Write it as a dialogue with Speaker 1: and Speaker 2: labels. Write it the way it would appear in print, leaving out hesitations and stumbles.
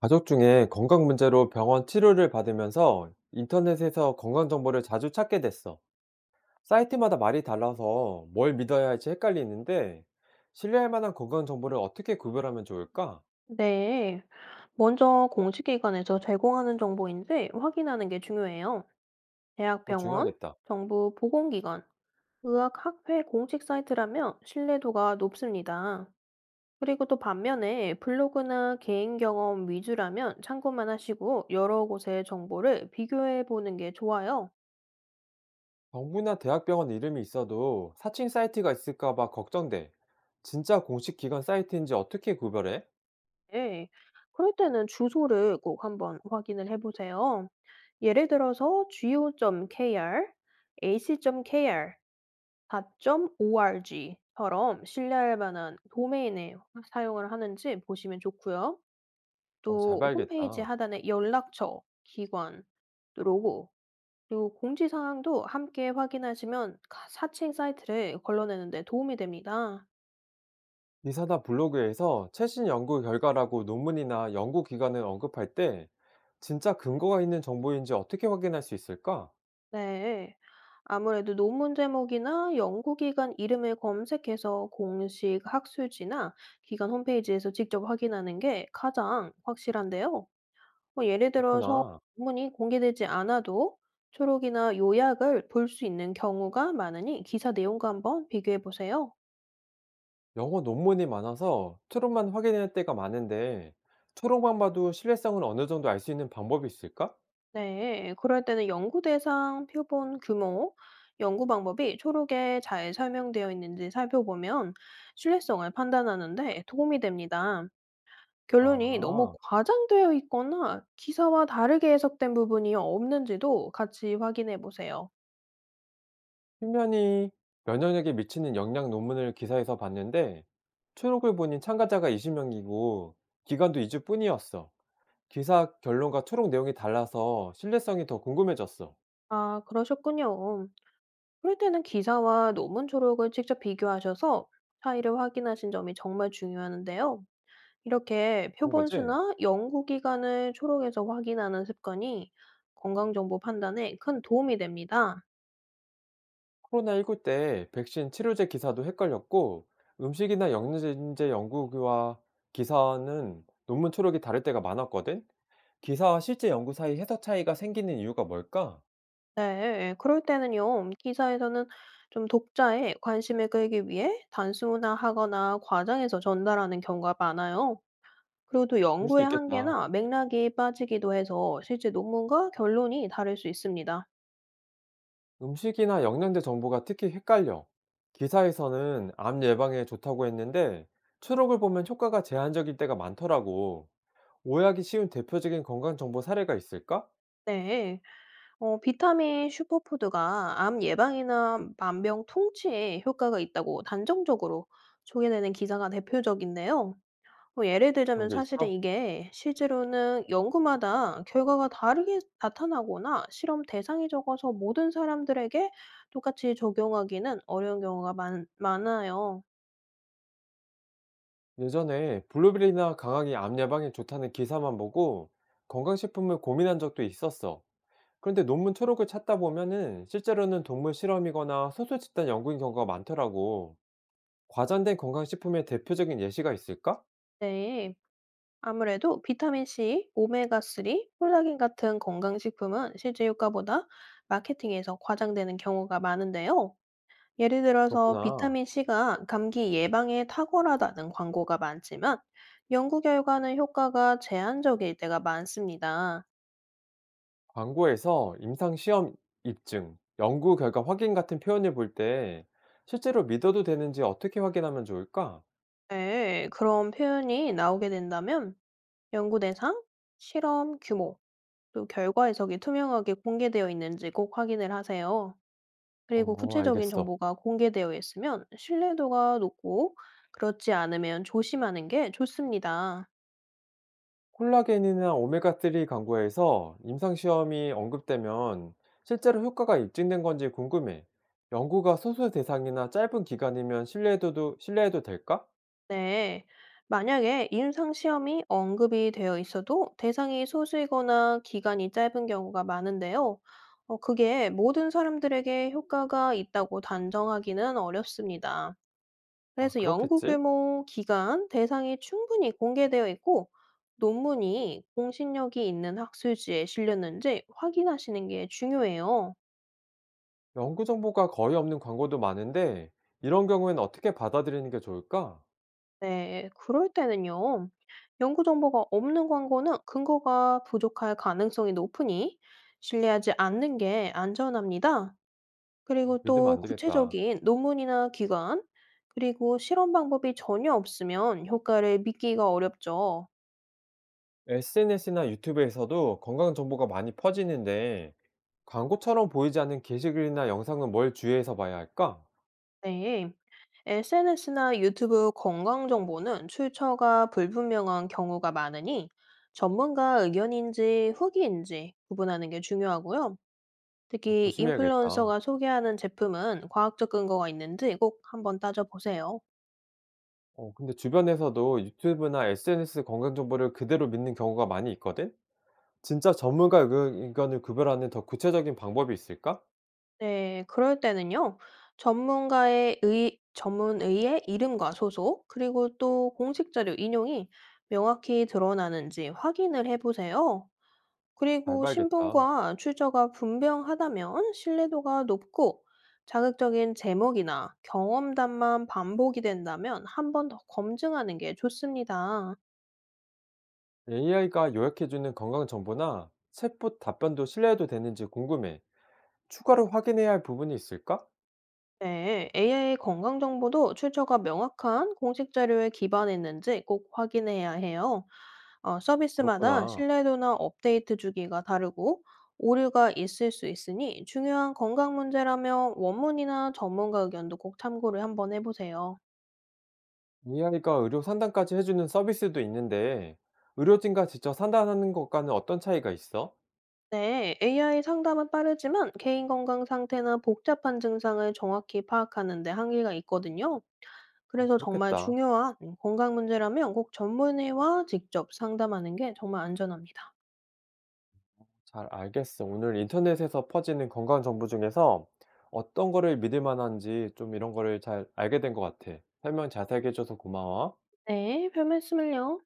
Speaker 1: 가족 중에 건강 문제로 병원 치료를 받으면서 인터넷에서 건강 정보를 자주 찾게 됐어. 사이트마다 말이 달라서 뭘 믿어야 할지 헷갈리는데 신뢰할 만한 건강 정보를 어떻게 구별하면 좋을까?
Speaker 2: 네. 먼저 공식기관에서 제공하는 정보인지 확인하는 게 중요해요.
Speaker 1: 그거
Speaker 2: 대학병원,
Speaker 1: 중요하겠다.
Speaker 2: 정부 보건기관, 의학학회 공식 사이트라면 신뢰도가 높습니다. 그리고 또 반면에 블로그나 개인 경험 위주라면 참고만 하시고 여러 곳의 정보를 비교해 보는 게 좋아요.
Speaker 1: 정부나 대학병원 이름이 있어도 사칭 사이트가 있을까 봐 걱정돼. 진짜 공식 기관 사이트인지 어떻게 구별해?
Speaker 2: 네. 그럴 때는 주소를 꼭 한번 확인을 해 보세요. 예를 들어서 go.kr, ac.kr .org처럼 신뢰할 만한 도메인을 사용을 하는지 보시면 좋고요.
Speaker 1: 어, 잘
Speaker 2: 또 홈페이지
Speaker 1: 봐야겠다.
Speaker 2: 하단에 연락처, 기관, 또 로고, 그리고 공지 사항도 함께 확인하시면 사칭 사이트를 걸러내는 데 도움이 됩니다.
Speaker 1: 이사다 블로그에서 최신 연구 결과라고 논문이나 연구 기관을 언급할 때 진짜 근거가 있는 정보인지 어떻게 확인할 수 있을까?
Speaker 2: 네. 아무래도 논문 제목이나 연구기관 이름을 검색해서 공식 학술지나 기관 홈페이지에서 직접 확인하는 게 가장 확실한데요. 뭐 예를 들어서
Speaker 1: 그렇구나.
Speaker 2: 논문이 공개되지 않아도 초록이나 요약을 볼 수 있는 경우가 많으니 기사 내용과 한번 비교해 보세요.
Speaker 1: 영어 논문이 많아서 초록만 확인할 때가 많은데 초록만 봐도 신뢰성을 어느 정도 알 수 있는 방법이 있을까?
Speaker 2: 네, 그럴 때는 연구 대상, 표본 규모, 연구 방법이 초록에 잘 설명되어 있는지 살펴보면 신뢰성을 판단하는데 도움이 됩니다. 결론이 너무
Speaker 1: 아,
Speaker 2: 과장되어 있거나 기사와 다르게 해석된 부분이 없는지도 같이 확인해 보세요.
Speaker 1: 표면이 면역력에 미치는 영향 논문을 기사에서 봤는데 초록을 보니 참가자가 20명이고 기간도 2주뿐이었어. 기사 결론과 초록 내용이 달라서 신뢰성이 더 궁금해졌어.
Speaker 2: 아, 그러셨군요. 그럴 때는 기사와 논문 조력을 직접 비교하셔서 차이를 확인하신 점이 정말 중요한데요. 이렇게
Speaker 1: 그런 거지?
Speaker 2: 표본수나 연구기간을 초록에서 확인하는 습관이 건강정보 판단에 큰 도움이 됩니다.
Speaker 1: 코로나19 때 백신 치료제 기사도 헷갈렸고, 음식이나 영양제 연구와 기사는 논문 초록이 다를 때가 많았거든? 기사와 실제 연구 사이 해석 차이가 생기는 이유가 뭘까?
Speaker 2: 네, 그럴 때는요, 기사에서는 좀 독자의 관심을 끌기 위해 단순화하거나 과장해서 전달하는 경우가 많아요. 그리고 또
Speaker 1: 그럴 수
Speaker 2: 연구의
Speaker 1: 있겠다.
Speaker 2: 한계나 맥락이 빠지기도 해서 실제 논문과 결론이 다를 수 있습니다.
Speaker 1: 음식이나 영양제 정보가 특히 헷갈려. 기사에서는 암 예방에 좋다고 했는데, 초록을 보면 효과가 제한적일 때가 많더라고. 오해하기 쉬운 대표적인 건강 정보 사례가 있을까?
Speaker 2: 네. 비타민 슈퍼푸드가 암 예방이나 만병통치에 효과가 있다고 단정적으로 소개되는 기사가 대표적인데요. 뭐 예를
Speaker 1: 그런
Speaker 2: 들자면
Speaker 1: 게
Speaker 2: 사실은
Speaker 1: 있어?
Speaker 2: 이게 실제로는 연구마다 결과가 다르게 나타나거나 실험 대상이 적어서 모든 사람들에게 똑같이 적용하기는 어려운 경우가 많 많아요.
Speaker 1: 예전에 블루베리나 강황이 암 예방에 좋다는 기사만 보고 건강식품을 고민한 적도 있었어. 그런데 논문 초록을 찾다 보면은 실제로는 동물 실험이거나 소수 집단 연구인 경우가 많더라고. 과장된 건강식품의 대표적인 예시가 있을까?
Speaker 2: 네. 아무래도 비타민C, 오메가3, 콜라겐 같은 건강식품은 실제 효과보다 마케팅에서 과장되는 경우가 많은데요. 예를 들어서
Speaker 1: 그렇구나.
Speaker 2: 비타민C가 감기 예방에 탁월하다는 광고가 많지만 연구 결과는 효과가 제한적일 때가 많습니다.
Speaker 1: 광고에서 임상 시험 입증, 연구 결과 확인 같은 표현을 볼 때 실제로 믿어도 되는지 어떻게 확인하면 좋을까?
Speaker 2: 네, 그런 표현이 나오게 된다면 연구 대상, 실험 규모, 또 결과 해석이 투명하게 공개되어 있는지 꼭 확인을 하세요. 그리고
Speaker 1: 어,
Speaker 2: 구체적인
Speaker 1: 알겠어.
Speaker 2: 정보가 공개되어 있으면 신뢰도가 높고 그렇지 않으면 조심하는 게 좋습니다.
Speaker 1: 콜라겐이나 오메가3 광고에서 임상시험이 언급되면 실제로 효과가 입증된 건지 궁금해. 연구가 소수 대상이나 짧은 기간이면 신뢰해도 될까?
Speaker 2: 네. 만약에 임상시험이 언급이 되어 있어도 대상이 소수이거나 기간이 짧은 경우가 많은데요. 그게 모든 사람들에게 효과가 있다고 단정하기는 어렵습니다.
Speaker 1: 아,
Speaker 2: 그래서 연구
Speaker 1: 그렇겠지?
Speaker 2: 규모, 기간, 대상이 충분히 공개되어 있고, 논문이 공신력이 있는 학술지에 실렸는지 확인하시는 게 중요해요.
Speaker 1: 연구 정보가 거의 없는 광고도 많은데, 이런 경우에는 어떻게 받아들이는 게 좋을까?
Speaker 2: 네, 그럴 때는요. 연구 정보가 없는 광고는 근거가 부족할 가능성이 높으니 신뢰하지 않는 게 안전합니다. 그리고
Speaker 1: 믿으면
Speaker 2: 또
Speaker 1: 안 되겠다.
Speaker 2: 구체적인 논문이나 기간, 그리고 실험 방법이 전혀 없으면 효과를 믿기가 어렵죠.
Speaker 1: SNS나 유튜브에서도 건강 정보가 많이 퍼지는데, 광고처럼 보이지 않는 게시글이나 영상은 뭘 주의해서 봐야 할까?
Speaker 2: 네. SNS나 유튜브 건강 정보는 출처가 불분명한 경우가 많으니 전문가 의견인지 후기인지 구분하는 게 중요하고요.
Speaker 1: 어,
Speaker 2: 특히
Speaker 1: 조심해야겠다.
Speaker 2: 인플루언서가 소개하는 제품은 과학적 근거가 있는지 꼭 한번 따져보세요.
Speaker 1: 어 근데 주변에서도 유튜브나 SNS 건강 정보를 그대로 믿는 경우가 많이 있거든? 진짜 전문가 의 의견을 구별하는 더 구체적인 방법이 있을까?
Speaker 2: 네, 그럴 때는요. 전문의의 이름과 소속, 그리고 또 공식 자료 인용이 명확히 드러나는지 확인을 해보세요.
Speaker 1: 잘
Speaker 2: 그리고
Speaker 1: 봐야겠다.
Speaker 2: 신분과 출처가 분명하다면 신뢰도가 높고 자극적인 제목이나 경험담만 반복이 된다면 한 번 더 검증하는 게 좋습니다.
Speaker 1: AI가 요약해주는 건강 정보나 챗봇 답변도 신뢰해도 되는지 궁금해. 추가로 확인해야 할 부분이 있을까?
Speaker 2: 네, AI의 건강 정보도 출처가 명확한 공식 자료에 기반했는지 꼭 확인해야 해요. 서비스마다
Speaker 1: 그렇구나.
Speaker 2: 신뢰도나 업데이트 주기가 다르고 오류가 있을 수 있으니 중요한 건강 문제라면 원문이나 전문가 의견도 꼭 참고를 한번 해보세요.
Speaker 1: AI가 의료 상담까지 해주는 서비스도 있는데, 의료진과 직접 상담하는 것과는 어떤 차이가 있어?
Speaker 2: 네, AI 상담은 빠르지만 개인 건강 상태나 복잡한 증상을 정확히 파악하는 데 한계가 있거든요.
Speaker 1: 어,
Speaker 2: 그래서 정말
Speaker 1: 그렇겠다.
Speaker 2: 중요한 건강 문제라면 꼭 전문의와 직접 상담하는 게 정말 안전합니다.
Speaker 1: 잘 알겠어. 오늘 인터넷에서 퍼지는 건강 정보 중에서 어떤 거를 믿을 만한지 좀 이런 거를 잘 알게 된 것 같아. 설명 자세하게 해줘서 고마워.
Speaker 2: 네, 별 말씀을요.